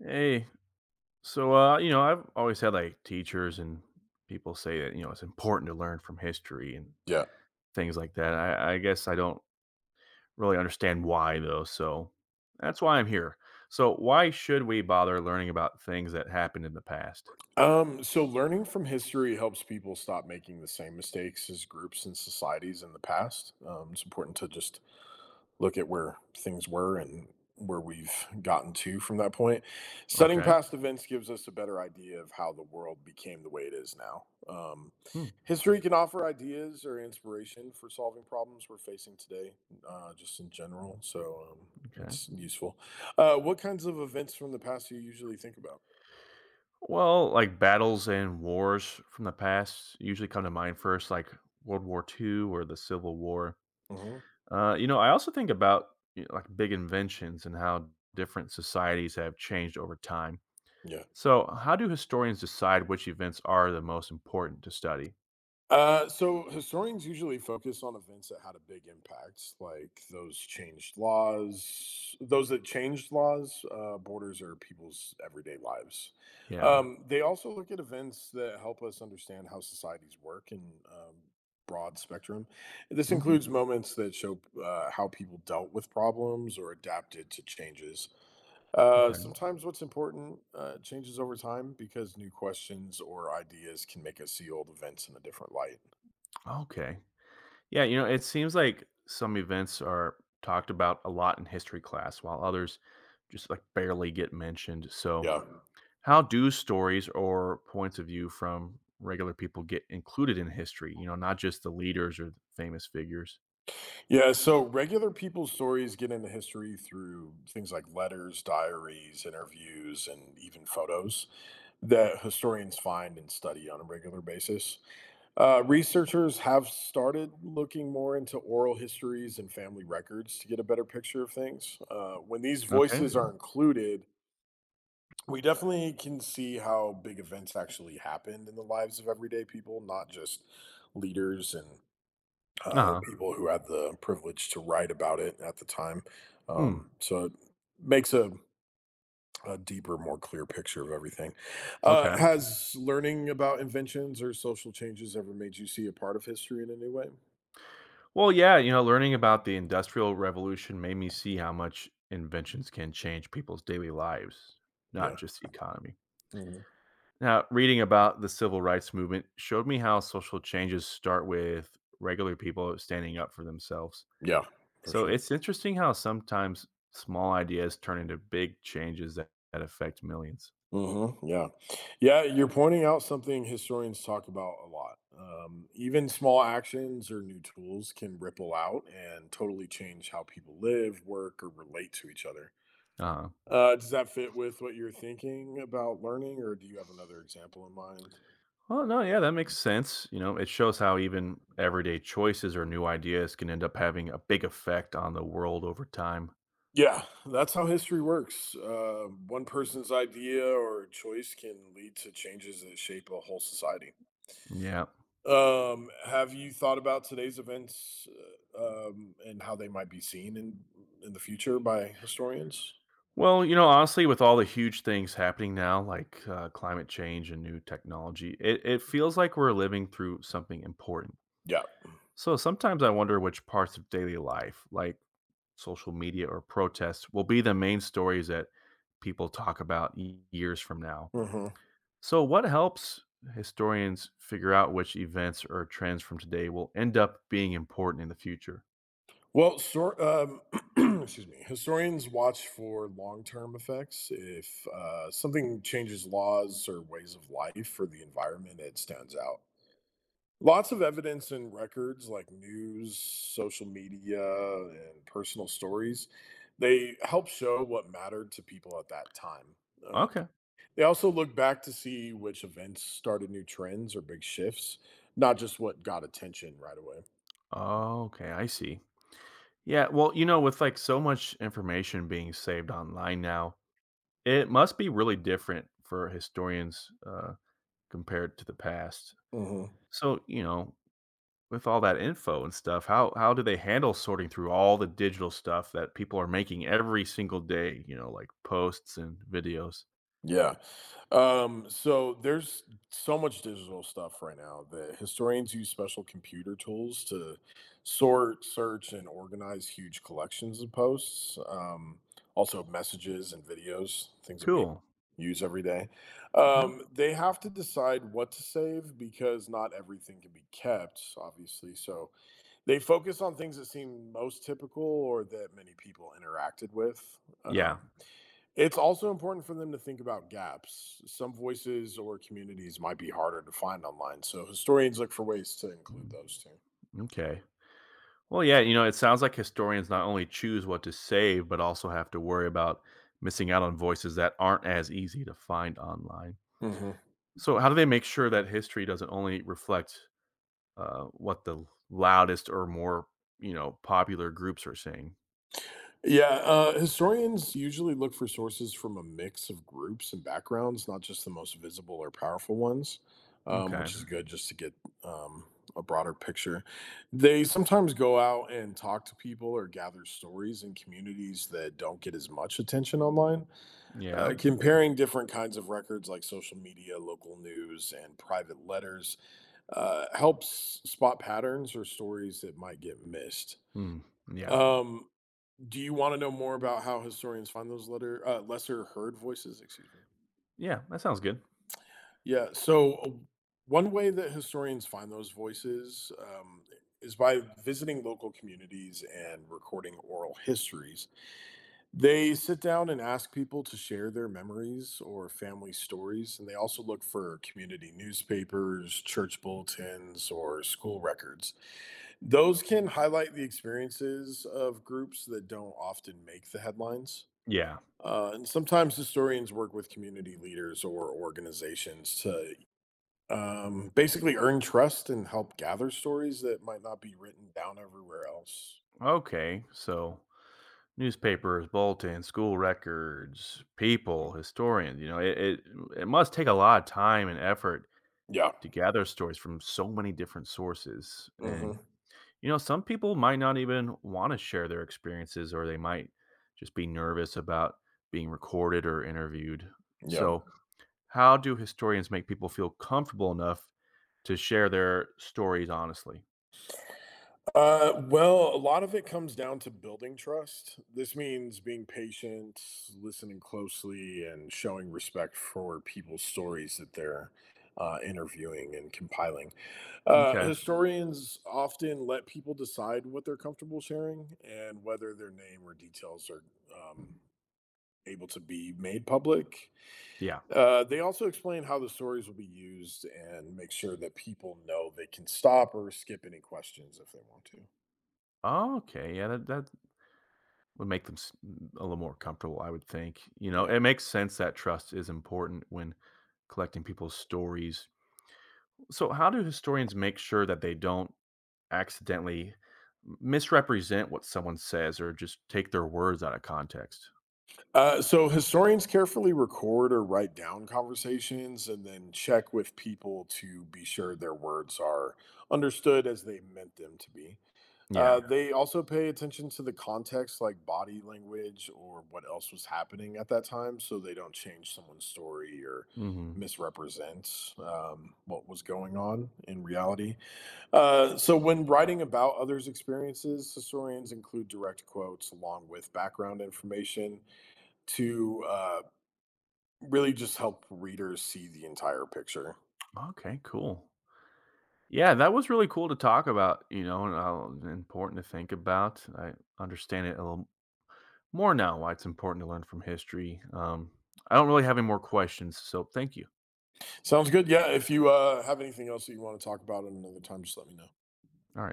Hey, I've always had like teachers and people say that it's important to learn from history and Yeah. things like that. I guess I don't really understand why though, so that's why I'm here. So why should we bother learning about things that happened in the past? So learning from history helps people stop making the same mistakes as groups and societies in the past. It's important to just look at where things were and where we've gotten to from that point. Studying Okay. past events gives us a better idea of how the world became the way it is now. Hmm. History can offer ideas or inspiration for solving problems we're facing today, just in general. So um, Okay. it's useful. What kinds of events from the past do you usually think about? Well, like battles and wars from the past usually come to mind first, like World War Two or the Civil War. Hmm. You know, I also think about like big inventions and how different societies have changed over time. Yeah. So, how do historians decide which events are the most important to study? So historians usually focus on events that had a big impact, like those that changed laws, borders, or people's everyday lives. Yeah. They also look at events that help us understand how societies work in um, broad spectrum. This Hmm. includes moments that show how people dealt with problems or adapted to changes. Uh, Okay. sometimes what's important changes over time because new questions or ideas can make us see old events in a different light. Okay. Yeah, you know, it seems like some events are talked about a lot in history class, while others just like barely get mentioned. So, Yeah. how do stories or points of view from regular people get included in history? You know, not just the leaders or the famous figures. Yeah, so regular people's stories get into history through things like letters, diaries, interviews, and even photos that historians find and study on a regular basis. Researchers have started looking more into oral histories and family records to get a better picture of things. When these Okay. voices are included, we definitely can see how big events actually happened in the lives of everyday people, not just leaders and Uh-huh. people who had the privilege to write about it at the time. Hmm. So it makes a deeper, more clear picture of everything. Okay. Has learning about inventions or social changes ever made you see a part of history in a new way? Well, yeah, you know, learning about the Industrial Revolution made me see how much inventions can change people's daily lives, not Yeah. just the economy. Hmm. Now, reading about the civil rights movement showed me how social changes start with regular people standing up for themselves. Yeah, for So sure. it's interesting how sometimes small ideas turn into big changes that affect millions. Mm-hmm. Yeah. Yeah. You're pointing out something historians talk about a lot. Even small actions or new tools can ripple out and totally change how people live, work, or relate to each other. Uh, Does that fit with what you're thinking about learning, or do you have another example in mind? well, no, yeah, that makes sense. You know, it shows how even everyday choices or new ideas can end up having a big effect on the world over time. Yeah, that's how history works. One person's idea or choice can lead to changes that shape a whole society. Yeah. Have you thought about today's events and how they might be seen in the future by historians? Well, you know, honestly, with all the huge things happening now, like climate change and new technology, it feels like we're living through something important. Yeah. So sometimes I wonder which parts of daily life, like social media or protests, will be the main stories that people talk about years from now. Hmm. So, what helps historians figure out which events or trends from today will end up being important in the future? Well, sort excuse me. Historians watch for long-term effects. If something changes laws or ways of life or the environment, it stands out. Lots of evidence and records like news, social media, and personal stories. They help show what mattered to people at that time. Uh, Okay. they also look back to see which events started new trends or big shifts, not just what got attention right away. Okay, I see. Yeah, well, you know, with like so much information being saved online now, it must be really different for historians compared to the past. Mhm. So, you know, with all that info and stuff, how do they handle sorting through all the digital stuff that people are making every single day? You know, like posts and videos. Yeah. So there's so much digital stuff right now that historians use special computer tools to sort, search, and organize huge collections of posts, also messages and videos, things that we Cool. use every day. Mhm. They have to decide what to save because not everything can be kept, obviously. So they focus on things that seem most typical or that many people interacted with. Yeah. Um, It's also important for them to think about gaps. Some voices or communities might be harder to find online, so historians look for ways to include Mm, those too. okay. Well, yeah, you know, it sounds like historians not only choose what to save, but also have to worry about missing out on voices that aren't as easy to find online. Hmm. So, how do they make sure that history doesn't only reflect what the loudest or more, you know, popular groups are saying? Yeah, historians usually look for sources from a mix of groups and backgrounds, not just the most visible or powerful ones, Okay. which is good just to get um, a broader picture. They sometimes go out and talk to people or gather stories in communities that don't get as much attention online. Uh, Yeah. comparing different kinds of records like social media, local news, and private letters helps spot patterns or stories that might get missed. Mm, yeah. Um, do you want to know more about how historians find those letter lesser heard voices? Excuse me. Yeah. That sounds good. Yeah. So one way that historians find those voices is by visiting local communities and recording oral histories. They sit down and ask people to share their memories or family stories, and they also look for community newspapers, church bulletins, or school records. Those can highlight the experiences of groups that don't often make the headlines. Yeah. And sometimes historians work with community leaders or organizations to basically earn trust and help gather stories that might not be written down everywhere else. Okay. So, newspapers, bulletins, school records, people, historians, you know, it must take a lot of time and effort Yeah. to gather stories from so many different sources. And, Hmm. you know, some people might not even want to share their experiences or they might just be nervous about being recorded or interviewed. Yeah. So, how do historians make people feel comfortable enough to share their stories honestly? Well, a lot of it comes down to building trust. This means being patient, listening closely, and showing respect for people's stories that they're interviewing and compiling. Uh, Okay. historians often let people decide what they're comfortable sharing and whether their name or details are um, able to be made public. Yeah. They also explain how the stories will be used and make sure that people know they can stop or skip any questions if they want to. Oh, okay. Yeah, that would make them a little more comfortable, I would think. You know, Yeah. it makes sense that trust is important when collecting people's stories. So, how do historians make sure that they don't accidentally misrepresent what someone says or just take their words out of context. So historians carefully record or write down conversations and then check with people to be sure their words are understood as they meant them to be. Yeah. Yeah. They also pay attention to the context, like body language or what else was happening at that time, so they don't change someone's story or Mhm. misrepresent what was going on in reality. So, when writing about others' experiences, historians include direct quotes along with background information to really just help readers see the entire picture. Okay, cool. Yeah, that was really cool to talk about, you know, and important to think about. I understand it a little more now why it's important to learn from history. I don't really have any more questions, so thank you. Sounds good. Yeah. If you have anything else that you want to talk about at another time, just let me know. All right.